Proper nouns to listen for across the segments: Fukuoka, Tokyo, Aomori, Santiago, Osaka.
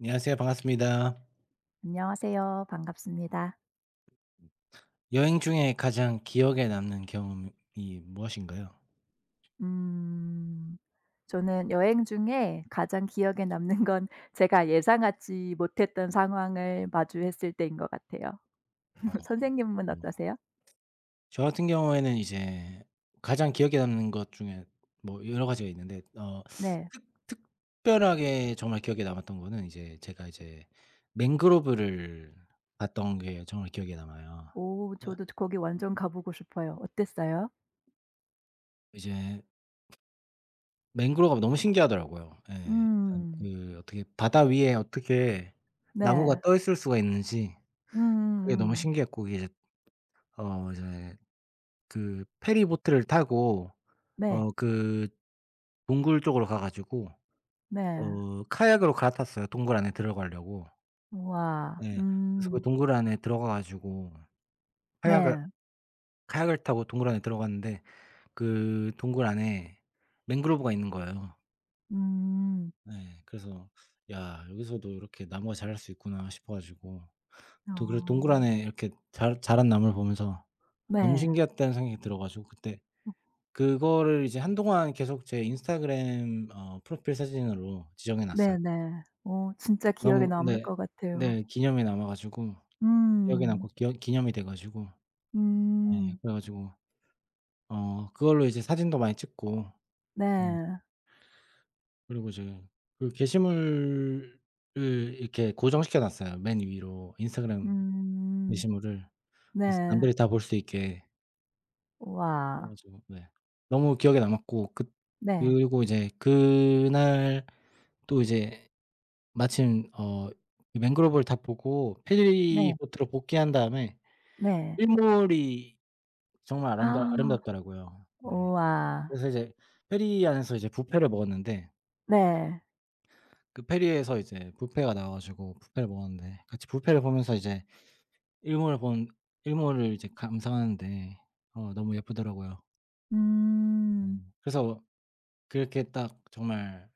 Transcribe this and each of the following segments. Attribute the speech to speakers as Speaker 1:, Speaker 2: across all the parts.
Speaker 1: 안녕하세요. 반갑습니다.
Speaker 2: 안녕하세요. 반갑습니다.
Speaker 1: 여행 중에 가장 기억에 남는 경험이 무엇인가요?
Speaker 2: 음 저는 여행 중에 가장 기억에 남는 건 제가 예상하지 못했던 상황을 마주했을 때인 것 같아요.
Speaker 1: 어
Speaker 2: 선생님은
Speaker 1: 뭐,
Speaker 2: 어떠세요?
Speaker 1: 저 같은 경우에는 이제 가장 기억에 남는 것 중에 뭐 여러 가지가 있는데
Speaker 2: 네.
Speaker 1: 특 특별하게 정말 기억에 남았던 거는 이제 제가 이제 맹그로브를 봤던 게 정말 기억에 남아요.
Speaker 2: 오
Speaker 1: 네.
Speaker 2: 저도 거기 완전 가 보고 싶어요. 어땠어요?
Speaker 1: 이제 맹그로브가 너무 신기하더라고요. 예. 일단
Speaker 2: 음.
Speaker 1: 그 어떻게 바다 위에 어떻게 나무가
Speaker 2: 네.
Speaker 1: 떠 있을 수가 있는지 그게 너무
Speaker 2: 음음음.
Speaker 1: 신기했고 이제 이제 그 페리보트를 타고
Speaker 2: 네.
Speaker 1: 그 동굴 쪽으로 가 가지고
Speaker 2: 네.
Speaker 1: 카약으로 갈아탔어요 동굴 안에 들어가려고.
Speaker 2: 우와.
Speaker 1: 예. 그래서 그
Speaker 2: 음.
Speaker 1: 동굴 안에 들어가 가지고 카약을
Speaker 2: 네.
Speaker 1: 카약을 타고 동굴 안에 들어갔는데 그 동굴 안에 맹그로브가 있는 거예요.
Speaker 2: 음.
Speaker 1: 예. 그래서 '야 여기서도 이렇게 나무가 자랄 수 있구나.' 싶어 가지고
Speaker 2: 어.
Speaker 1: 또 그리고 동굴 안에 이렇게 자 자란 나무를 보면서 너무
Speaker 2: 네.
Speaker 1: 신기하다는 생각이 들어 가지고 그때
Speaker 2: 어
Speaker 1: 그거를 이제 한동안 계속 제 인스타그램 프로필 사진으로 지정해 놨어요.
Speaker 2: 네네. 어 진짜 기억에
Speaker 1: 너무
Speaker 2: 남을
Speaker 1: 네.
Speaker 2: 것 같아요.
Speaker 1: 네. 기념에 남아 가지고 기억에
Speaker 2: 음.
Speaker 1: 남고 기어 기념이 돼 가지고 예
Speaker 2: 음.
Speaker 1: 그래 가지고 그걸로 이제 사진도 많이 찍고 음
Speaker 2: 네.
Speaker 1: 그리고 이제 그 게시물을 이렇게 고정시켜 놨어요, 맨 위로 인스타그램
Speaker 2: 음.
Speaker 1: 게시물을. 그래서
Speaker 2: 네.
Speaker 1: 남들이 다 볼 수 있게. 그래
Speaker 2: 우와.
Speaker 1: 가지고 네. 너무 기억에 남았고 그
Speaker 2: 네.
Speaker 1: 그리고 이제 그날 또 이제 마침 이 맹그로브를 다 보고 페리
Speaker 2: 네.
Speaker 1: 보트로 복귀한 다음에
Speaker 2: 네.
Speaker 1: 일몰이 정말 아름다
Speaker 2: 아.
Speaker 1: 아름답더라고요. 네.
Speaker 2: 우와.
Speaker 1: 그래서 이제 페리 안에서 이제 뷔페를 먹었는데
Speaker 2: 네.
Speaker 1: 그 페리에서 이제 뷔페가 나와 가지고 뷔페를 먹었는데 같이 뷔페를 보면서 이제 일몰을 본 일몰을 이제 감상하는데 너무 예쁘더라고요.
Speaker 2: 음.
Speaker 1: 음. 그래서 그렇게 딱 정말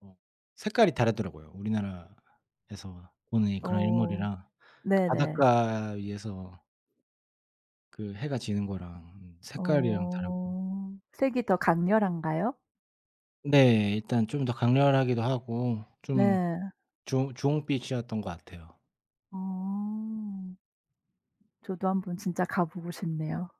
Speaker 1: 어 색깔이 다르더라고요. 우리나라에서 보는 그런
Speaker 2: 어.
Speaker 1: 일몰이랑 그
Speaker 2: 네네.
Speaker 1: 바닷가 위에서 그 해가 지는 거랑 색깔이랑 다르고.
Speaker 2: 어. 색이 더 강렬한가요?
Speaker 1: 네. 일단 좀 더 강렬하기도 하고 좀
Speaker 2: 네.
Speaker 1: 주 주홍빛이었던 것 같아요.
Speaker 2: 어. 저도 한번 진짜 가 보고 싶네요.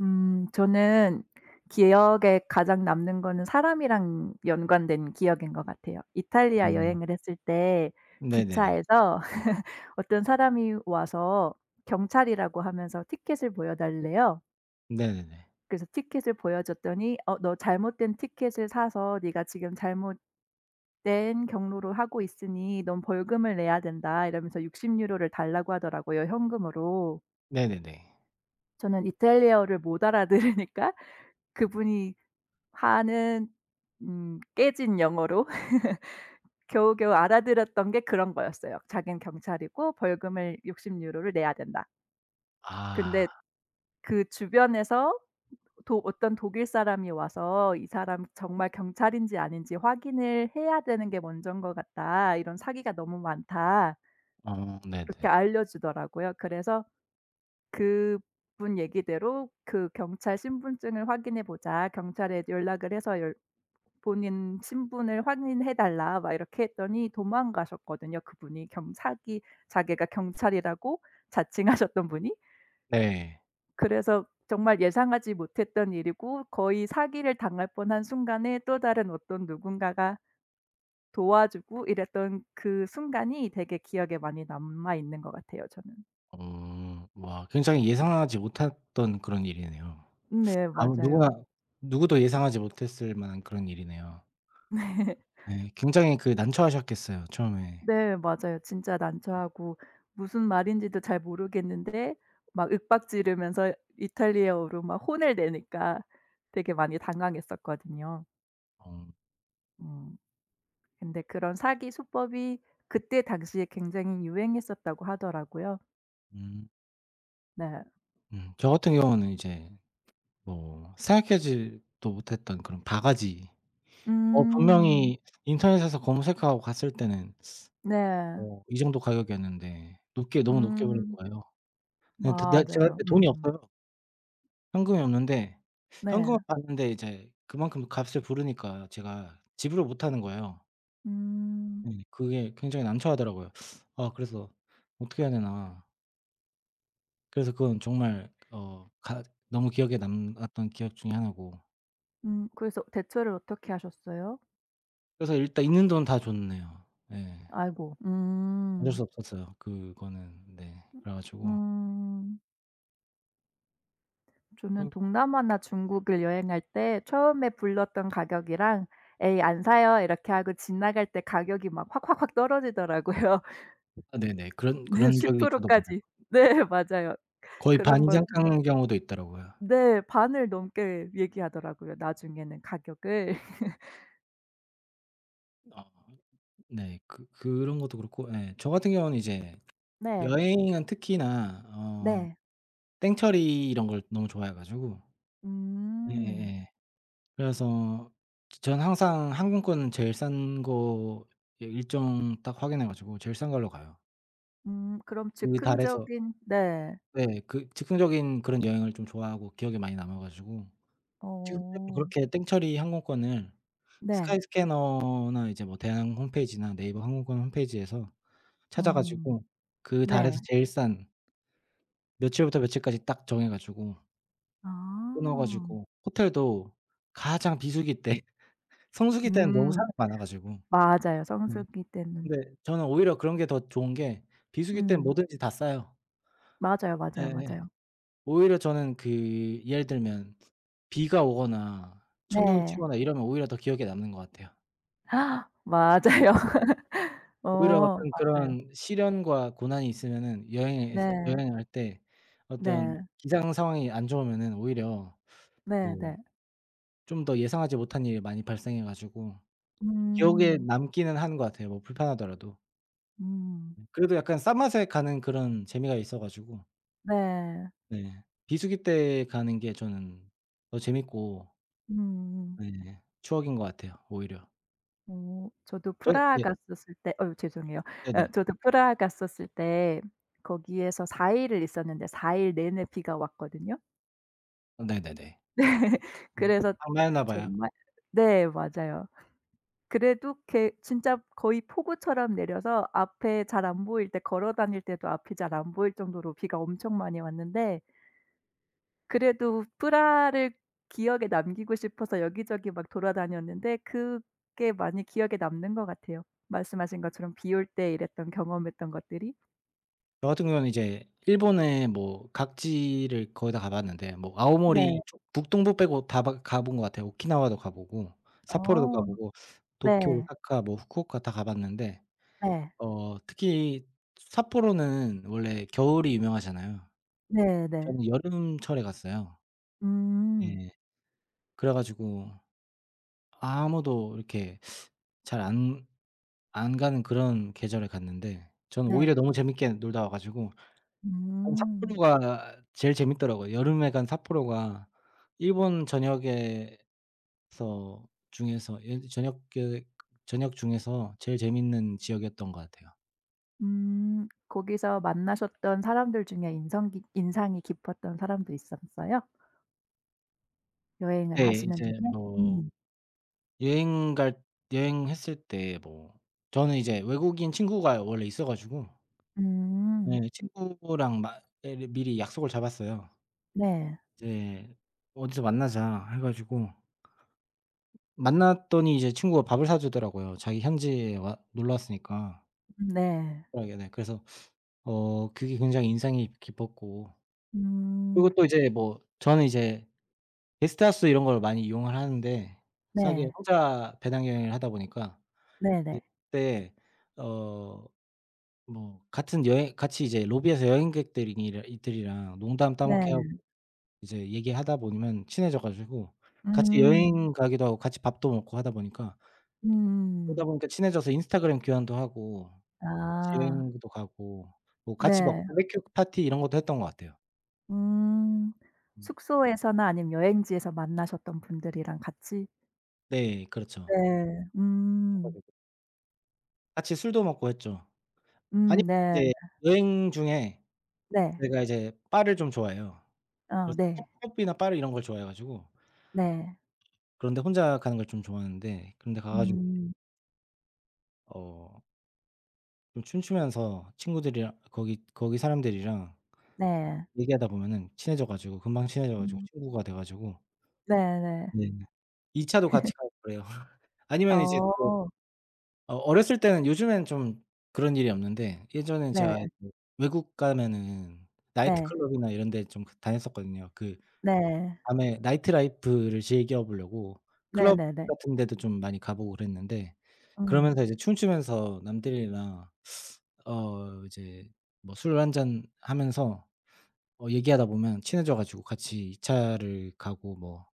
Speaker 2: 저는 기억에 가장 남는 거는 사람이랑 연관된 기억인 것 같아요. 이탈리아
Speaker 1: 음.
Speaker 2: 여행을 했을 때
Speaker 1: 네네네.
Speaker 2: 기차에서 어떤 사람이 와서 경찰이라고 하면서 티켓을 보여 달래요.
Speaker 1: 네네네.
Speaker 2: 그래서 티켓을 보여줬더니 "어 너 잘못된 티켓을 사서 네가 지금 잘못된 경로로 하고 있으니 넌 벌금을 내야 된다." 이러면서 60 유로를 달라고 하더라고요 현금으로.
Speaker 1: 네네네.
Speaker 2: 저는 이탈리아어를 못 알아들으니까 그분이 하는 깨진 영어로 겨우겨우 알아들었던 게 그런 거였어요. 자기는 경찰이고 벌금을 60 유로를 내야 된다.
Speaker 1: 아.
Speaker 2: 근데 그 주변에서 도 어떤 독일 사람이 와서 "이 사람 정말 경찰인지 아닌지 확인을 해야 되는 게 먼저인 것 같다. 이런 사기가 너무 많다."
Speaker 1: 어 네네.
Speaker 2: 그렇게 알려주더라고요. 그래서 그분 얘기대로 그 "경찰 신분증을 확인해 보자. 경찰에 연락을 해서 열 본인 신분을 확인해 달라." 막 이렇게 했더니 도망가셨거든요 그분이. 경 사기 자기가 경찰이라고 자칭하셨던 분이.
Speaker 1: 네.
Speaker 2: 그래서 정말 예상하지 못했던 일이고 거의 사기를 당할 뻔한 순간에 또 다른 어떤 누군가가 도와주고 이랬던 그 순간이 되게 기억에 많이 남아 있는 것 같아요 저는.
Speaker 1: 어. 와, 굉장히 예상하지 못했던 그런 일이네요.
Speaker 2: 네
Speaker 1: 아무 누구나
Speaker 2: 맞아요.
Speaker 1: 누구도 예상하지 못했을 만한 그런 일이네요.
Speaker 2: 네.
Speaker 1: 예. 굉장히 그 난처하셨겠어요 처음에.
Speaker 2: 네 맞아요. 진짜 난처하고 무슨 말인지도 잘 모르겠는데 막 윽박지르면서 이탈리아어로 막 혼을 내니까 되게 많이 당황했었거든요.
Speaker 1: 어
Speaker 2: 음 근데 그런 사기 수법이 그때 당시에 굉장히 유행했었다고 하더라고요.
Speaker 1: 음.
Speaker 2: 네.
Speaker 1: 음. 저 같은 경우는 이제 뭐 생각하지도 못했던 그런 바가지.
Speaker 2: 음.
Speaker 1: 분명히 인터넷에서 검색하고 갔을 때는
Speaker 2: 네.
Speaker 1: 이 정도 가격이었는데 높게 너무 높게 부른
Speaker 2: 음.
Speaker 1: 거예요. 네 드 네, 제가
Speaker 2: 맞아요.
Speaker 1: 그때 돈이
Speaker 2: 음.
Speaker 1: 없어요. 현금이 없는데 현금은
Speaker 2: 네.
Speaker 1: 봤는데 이제 그만큼 값을 부르니까 제가 지불을 못 하는 거예요.
Speaker 2: 음.
Speaker 1: 네. 그게 굉장히 난처하더라고요. 아, 그래서 어떻게 해야 되나. 그래서 그건 정말 어 가 너무 기억에 남았던 기억 중에 하나고,
Speaker 2: 그래서 대처를 어떻게 하셨어요?
Speaker 1: 그래서 일단 있는 돈 다 줬네요. 예.
Speaker 2: 아이고.
Speaker 1: 어쩔
Speaker 2: 음.
Speaker 1: 수 없었어요 그거는. 네. 그래 가지고.
Speaker 2: 음. 저는
Speaker 1: 음
Speaker 2: 동남아나 중국을 여행할 때 처음에 불렀던 가격이랑 "에이 안 사요." 이렇게 하고 지나갈 때 가격이 막 확확확 떨어지더라고요.
Speaker 1: 아 네네. 그런
Speaker 2: 네
Speaker 1: 그런 적이
Speaker 2: 10%
Speaker 1: 저도 많아요.
Speaker 2: 까지. 네 맞아요.
Speaker 1: 거의 반
Speaker 2: 그런 걸
Speaker 1: 이상 깎는 경우도 있더라고요.
Speaker 2: 네 반을 넘게 얘기하더라고요 나중에는 가격을.
Speaker 1: 어 네. 그런 것도 그렇고 예. 저 같은 경우는 이제
Speaker 2: 네.
Speaker 1: 여행은 특히나
Speaker 2: 네.
Speaker 1: 땡처리 이런 걸 너무 좋아해 가지고
Speaker 2: 음.
Speaker 1: 예예예. 그래서 저는 항상 항공권은 제일 싼 거, 예, 일정 딱 확인해 가지고 제일 싼 걸로 가요.
Speaker 2: 그럼
Speaker 1: 그 달에서,
Speaker 2: 즉흥적인 네.
Speaker 1: 네, 그 즉흥적인 그런 여행을 좀 좋아하고 기억에 많이 남아 가지고 지금까지
Speaker 2: 어.
Speaker 1: 그렇게 땡처리 항공권을
Speaker 2: 네.
Speaker 1: 스카이스캐너나 이제 뭐 대한항공 홈페이지나 네이버 항공권 홈페이지에서 찾아
Speaker 2: 음.
Speaker 1: 가지고 그 달에서
Speaker 2: 네.
Speaker 1: 제일 싼 며칠부터 며칠까지 딱 정해 가지고 끊어
Speaker 2: 아.
Speaker 1: 가지고 호텔도 가장 비수기 때, 성수기 때는 너무
Speaker 2: 음
Speaker 1: 사람이 많아 가지고.
Speaker 2: 맞아요
Speaker 1: 네.
Speaker 2: 성수기 때문.
Speaker 1: 근데 저는 오히려 그런 게 더 좋은 게, 비수기 땐
Speaker 2: 음.
Speaker 1: 뭐든지 다 싸요.
Speaker 2: 맞아요, 맞아요,
Speaker 1: 예예.
Speaker 2: 맞아요.
Speaker 1: 오히려 저는 그 예를 들면 비가 오거나 천둥이
Speaker 2: 네.
Speaker 1: 치거나 이러면 오히려 더 기억에 남는 것 같아요. 네.
Speaker 2: 맞아요.
Speaker 1: 오히려
Speaker 2: 어
Speaker 1: 어떤
Speaker 2: 맞아요.
Speaker 1: 그런 시련과 고난이 있으면은 여행에서
Speaker 2: 네.
Speaker 1: 여행을 할 때
Speaker 2: 네.
Speaker 1: 어떤 기상 상황이 안 좋으면은 오히려 뭐
Speaker 2: 네네.
Speaker 1: 좀 더 예상하지 못한 일이 많이 발생해 가지고 기억에
Speaker 2: 음.
Speaker 1: 남기는 하는 것 같아요, 뭐 불편하더라도.
Speaker 2: 음.
Speaker 1: 네. 그래도 약간 싼 맛에 가는 그런 재미가 있어 가지고.
Speaker 2: 네.
Speaker 1: 네. 비수기 때 가는 게 저는 더 재밌고
Speaker 2: 음음.
Speaker 1: 네 추억인 것 같아요 오히려.
Speaker 2: 어 저도
Speaker 1: 저는
Speaker 2: 프라하
Speaker 1: 네
Speaker 2: 갔었을 때 어유 죄송해요. 예
Speaker 1: 네네.
Speaker 2: 저도 프라하 갔었을 때 거기에서 4 일을 있었는데 4일 내내 비가 왔거든요.
Speaker 1: 어 네네네.
Speaker 2: 그래서
Speaker 1: 방문했나 봐요.
Speaker 2: 정말 네 맞아요. 그래도 걔 진짜 거의 폭우처럼 내려서 앞에 잘 안 보일 때 걸어 다닐 때도 앞이 잘 안 보일 정도로 비가 엄청 많이 왔는데 그래도 프라하를 기억에 남기고 싶어서 여기저기 막 돌아다녔는데 그게 많이 기억에 남는 것 같아요. 말씀하신 것처럼 비올 때 이랬던 경험했던 것들이.
Speaker 1: 저 같은 경우는 이제 일본의 뭐 각지를 거의 다 가 봤는데 뭐 아오모리
Speaker 2: 네.
Speaker 1: 이쪽 북동부 빼고 다 봐 가 본 것 같아요. 오키나와도 가 보고 삿포로도 가
Speaker 2: 어.
Speaker 1: 보고 도쿄,
Speaker 2: 네.
Speaker 1: 오사카, 뭐 후쿠오카 다 가 봤는데
Speaker 2: 네.
Speaker 1: 특히 삿포로는 원래 겨울이 유명하잖아요.
Speaker 2: 네네.
Speaker 1: 저는 여름철에 갔어요.
Speaker 2: 음.
Speaker 1: 예. 그래 가지고 아무도 이렇게 잘 안 가는 그런 계절에 갔는데 저는 오히려
Speaker 2: 네.
Speaker 1: 너무 재밌게 놀다 와 가지고 사
Speaker 2: 음.
Speaker 1: 삿포로가 제일 재밌더라고요. 여름에 간 삿포로가 일본 전역에서 중에서 예 전역 중에서 제일 재밌는 지역이었던 것 같아요.
Speaker 2: 음. 거기서 만나셨던 사람들 중에 인성 깊 인상이 깊었던 사람도 있었어요? 여행을
Speaker 1: 네.
Speaker 2: 하시는
Speaker 1: 이제
Speaker 2: 중에?
Speaker 1: 뭐
Speaker 2: 음.
Speaker 1: 여행 갈 여행했을 때 뭐 저는 이제 외국인 친구가 원래 있어 가지고
Speaker 2: 음.
Speaker 1: 예 친구랑 마 미리 약속을 잡았어요.
Speaker 2: 네.
Speaker 1: 이제 "어디서 만나자." 해 가지고 만났더니 이제 친구가 밥을 사 주더라고요. 자기 현지에 와 놀러 왔으니까.
Speaker 2: 네.
Speaker 1: 편하게, 네. 그래서 그게 굉장히 인상이 깊었고,
Speaker 2: 음.
Speaker 1: 그리고 또 이제 뭐 저는 이제 게스트하우스 이런 걸 많이 이용을 하는데 싸게
Speaker 2: 네.
Speaker 1: 혼자 배낭 여행을 하다 보니까
Speaker 2: 네네.
Speaker 1: 이제
Speaker 2: 네.
Speaker 1: 그때 어 뭐 같은 여행 같이 이제 로비에서 여행객들이랑 이들이랑 농담 따먹
Speaker 2: 네,
Speaker 1: 게 하고 이제 얘기하다 보면 친해져 가지고 같이
Speaker 2: 음.
Speaker 1: 여행 가기도 하고 같이 밥도 먹고 하다 보니까,
Speaker 2: 음.
Speaker 1: 그러다 보니까 친해져서 인스타그램 교환도 하고 같이
Speaker 2: 아.
Speaker 1: 여행도 가고 뭐 같이 막
Speaker 2: 네.
Speaker 1: 바베큐 파티 이런 것도 했던 것 같아요.
Speaker 2: 음.
Speaker 1: 음.
Speaker 2: 숙소에서나 아니면 여행지에서 만나셨던 분들이랑 같이?
Speaker 1: 네
Speaker 2: 네.
Speaker 1: 그렇죠.
Speaker 2: 음.
Speaker 1: 같이 술도 먹고 했죠. 아니면
Speaker 2: 네.
Speaker 1: 이제 여행 중에
Speaker 2: 네.
Speaker 1: 제가 이제 바를 좀 좋아해요.
Speaker 2: 어
Speaker 1: 그래서
Speaker 2: 네.
Speaker 1: 펍 펍이나 바를 이런 걸 좋아해 가지고
Speaker 2: 네.
Speaker 1: 그런데 혼자 가는 걸 좀 좋아하는데 그런 데 가 가지고
Speaker 2: 음.
Speaker 1: 어 좀 춤추면서 친구들이랑 거기 사람들이랑
Speaker 2: 네.
Speaker 1: 얘기하다 보면은 친해져 가지고, 금방 친해져 가지고
Speaker 2: 음.
Speaker 1: 친구가 돼 가지고
Speaker 2: 네네.
Speaker 1: 네 2차 차도 같이 가고 그래요. 아니면 이제 또
Speaker 2: 어.
Speaker 1: 어렸을 때는, 요즘에는 좀 그런 일이 없는데, 예전에
Speaker 2: 네.
Speaker 1: 제가 이제 외국 가면은 나이트
Speaker 2: 네.
Speaker 1: 클럽이나 이런 데 좀 그 다녔었거든요. 그
Speaker 2: 네.
Speaker 1: 밤에 나이트 라이프를 즐겨 보려고 클럽
Speaker 2: 네네네.
Speaker 1: 같은 데도 좀 많이 가 보고 그랬는데,
Speaker 2: 음.
Speaker 1: 그러면서 이제 춤추면서 남들이랑 이제 뭐 술 한 잔 하면서 얘기하다 보면 친해져 가지고 같이 2차 차를 가고 뭐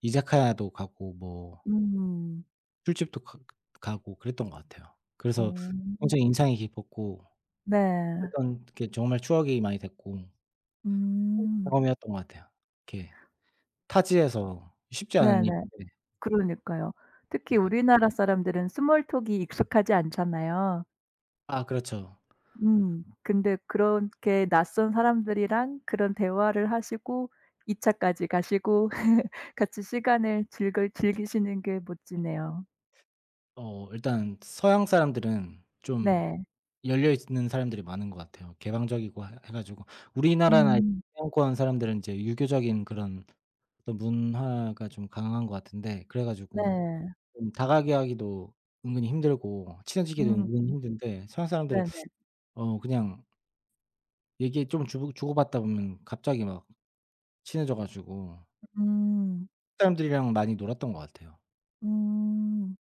Speaker 1: 이자카야도 가고 뭐
Speaker 2: 음.
Speaker 1: 술집도 가 가고 그랬던 것 같아요. 그래서
Speaker 2: 어.
Speaker 1: 굉장히 인상이 깊었고
Speaker 2: 네.
Speaker 1: 했던 게 정말 추억이 많이 됐고
Speaker 2: 음.
Speaker 1: 경험이었던 것 같아요. 이렇게 타지에서 쉽지 않은
Speaker 2: 네네.
Speaker 1: 일인데.
Speaker 2: 그러니까요. 특히
Speaker 1: 네.
Speaker 2: 우리나라 사람들은 스몰 톡이 익숙하지 않잖아요.
Speaker 1: 아 그렇죠.
Speaker 2: 음. 근데 그렇게 낯선 사람들이랑 그런 대화를 하시고 2 차까지 가시고 같이 시간을 즐글 즐기시는 게 멋지네요.
Speaker 1: 일단 서양 사람들은 좀
Speaker 2: 네.
Speaker 1: 열려 있는 사람들이 많은 것 같아요. 개방적이고 해 가지고, 우리나라나
Speaker 2: 음.
Speaker 1: 서양권 사람들은 이제 유교적인 그런 어떤 문화가 좀 강한 것 같은데 그래 가지고
Speaker 2: 네.
Speaker 1: 좀 다가게 하기도 은근히 힘들고 친해지기도
Speaker 2: 음.
Speaker 1: 은근히 힘든데, 서양 사람들은
Speaker 2: 네네.
Speaker 1: 그냥 얘기 좀 주고받다 보면 갑자기 막 친해져 가지고
Speaker 2: 음.
Speaker 1: 사람들이랑 많이 놀았던 것 같아요.
Speaker 2: 음.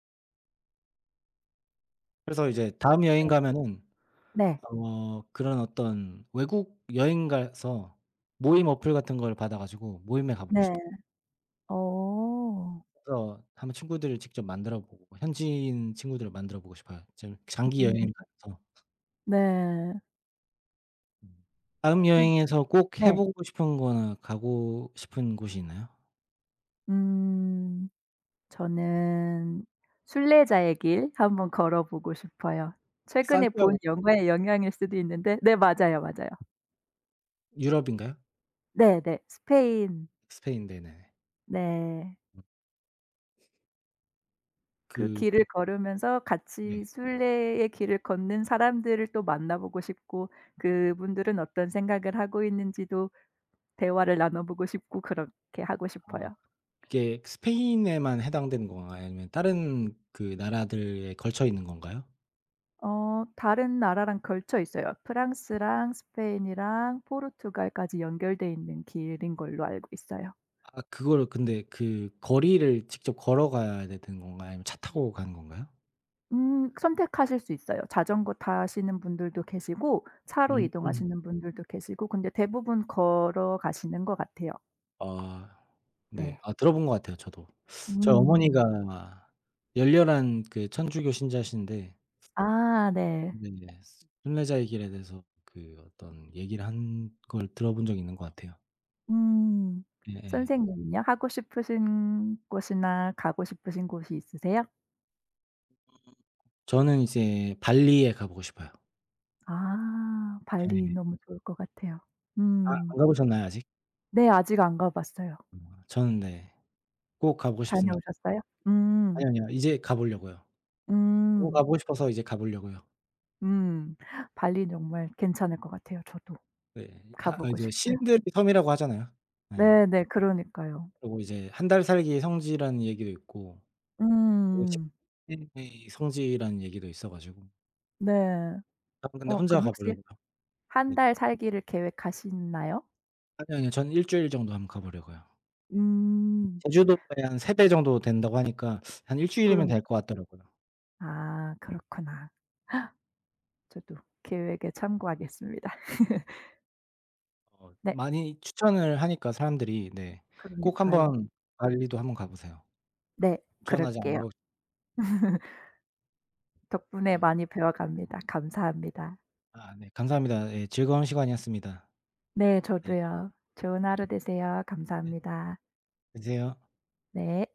Speaker 1: 그래서 이제 다음 여행
Speaker 2: 네.
Speaker 1: 가면은
Speaker 2: 네.
Speaker 1: 그런 어떤 외국 여행 가서 모임 어플 같은 걸 받아 가지고 모임에 가보고
Speaker 2: 네.
Speaker 1: 싶어요.
Speaker 2: 어.
Speaker 1: 그래서 한번 친구들을 직접 만들어 보고 현지인 친구들을 만들어 보고 싶어요. 지금 장기
Speaker 2: 음.
Speaker 1: 여행 가서.
Speaker 2: 네.
Speaker 1: 음. 다음
Speaker 2: 혹시
Speaker 1: 여행에서 꼭 해
Speaker 2: 네.
Speaker 1: 보고 싶은 거나 가고 싶은 곳이 있나요?
Speaker 2: 음. 저는 순례자의 길 한번 걸어보고 싶어요. 최근에 본
Speaker 1: 산티아고
Speaker 2: 영화의 영향일 수도 있는데 네 맞아요, 맞아요.
Speaker 1: 유럽인가요?
Speaker 2: 네네. 스페인.
Speaker 1: 스페인 네네.
Speaker 2: 네. 그
Speaker 1: 그
Speaker 2: 길을 걸으면서
Speaker 1: 네.
Speaker 2: 같이 순례의 길을 걷는 사람들을 또 만나보고 싶고 그분들은 어떤 생각을 하고 있는지도 대화를 나눠보고 싶고 그렇게 하고
Speaker 1: 아,
Speaker 2: 싶어요.
Speaker 1: 이게 스페인에만 해당되는 건가요? 아니면 다른 그 나라들에 걸쳐 있는 건가요?
Speaker 2: 어 다른 나라랑 걸쳐 있어요. 프랑스랑 스페인이랑 포르투갈까지 연결돼 있는 길인 걸로 알고 있어요.
Speaker 1: 아, 그거를 근데 그 거리를 직접 걸어가야 되는 건가요? 아니면 차 타고 가는 건가요?
Speaker 2: 선택하실 수 있어요. 자전거 타시는 분들도 계시고 차로
Speaker 1: 음.
Speaker 2: 이동하시는 분들도 계시고 근데 대부분 걸어가시는 것 같아요.
Speaker 1: 아 네.
Speaker 2: 네.
Speaker 1: 아, 들어본 것 같아요 저도. 저희
Speaker 2: 음.
Speaker 1: 어머니가 열렬한 그 천주교 신자신데
Speaker 2: 아 네.
Speaker 1: 네 순례자의 길에 대해서 그 어떤 얘기를 한 걸 들어본 적이 있는 것 같아요.
Speaker 2: 음.
Speaker 1: 예예.
Speaker 2: 선생님은요? 하고 싶으신 곳이나 가고 싶으신 곳이 있으세요?
Speaker 1: 저는 이제 발리에 가보고 싶어요.
Speaker 2: 아 발리
Speaker 1: 예.
Speaker 2: 너무 좋을 것 같아요.
Speaker 1: 아
Speaker 2: 음.
Speaker 1: 안 가보셨나요 아직?
Speaker 2: 네. 아직 안 가 봤어요.
Speaker 1: 어 저는 네. 꼭 가보고 싶습니다.
Speaker 2: 다녀오셨어요? 음.
Speaker 1: 아니요, 아니요. 이제 가보려고요. 너무
Speaker 2: 음.
Speaker 1: 가보고 싶어서 이제 가보려고요.
Speaker 2: 음. 발리는 정말 괜찮을 것 같아요. 저도
Speaker 1: 네.
Speaker 2: 가
Speaker 1: 하 아,
Speaker 2: 보고
Speaker 1: 이제
Speaker 2: 싶어요.
Speaker 1: 신들의 섬이라고 하잖아요. 네.
Speaker 2: 네네. 그러니까요.
Speaker 1: 그리고 이제 한 달 살기의 성지라는 얘기도 있고, 그리고
Speaker 2: 음.
Speaker 1: 식민지의 성지라는 얘기도 있어 가지고.
Speaker 2: 네.
Speaker 1: 저는 근데
Speaker 2: 어
Speaker 1: 혼자
Speaker 2: 그럼 혹시
Speaker 1: 가보려고요.
Speaker 2: 한
Speaker 1: 네.
Speaker 2: 달 살기를 계획하시나요?
Speaker 1: 아니요, 아니요. 저는 1주일 정도 한번 가보려고요.
Speaker 2: 음.
Speaker 1: 제주도에 한3배 정도 된다고 하니까 한 일 주일이면
Speaker 2: 그런
Speaker 1: 될 것 같더라고요.
Speaker 2: 아 그렇구나. 저도 계획에 참고하겠습니다. 네.
Speaker 1: 많이 추천을 하니까 사람들이. 네. 꼭
Speaker 2: 그러니까요.
Speaker 1: 한번 발리도 한번 가 보세요.
Speaker 2: 네.
Speaker 1: 전 아직 안
Speaker 2: 그럴게요.
Speaker 1: 가 보고.
Speaker 2: 덕분에
Speaker 1: 아
Speaker 2: 많이 배워갑니다. 감사합니다.
Speaker 1: 아 네 감사합니다. 예 즐거운 시간이었습니다.
Speaker 2: 네
Speaker 1: 네.
Speaker 2: 저도요. 좋은 하루 되세요.
Speaker 1: 네.
Speaker 2: 감사합니다.
Speaker 1: 드세요.
Speaker 2: 네.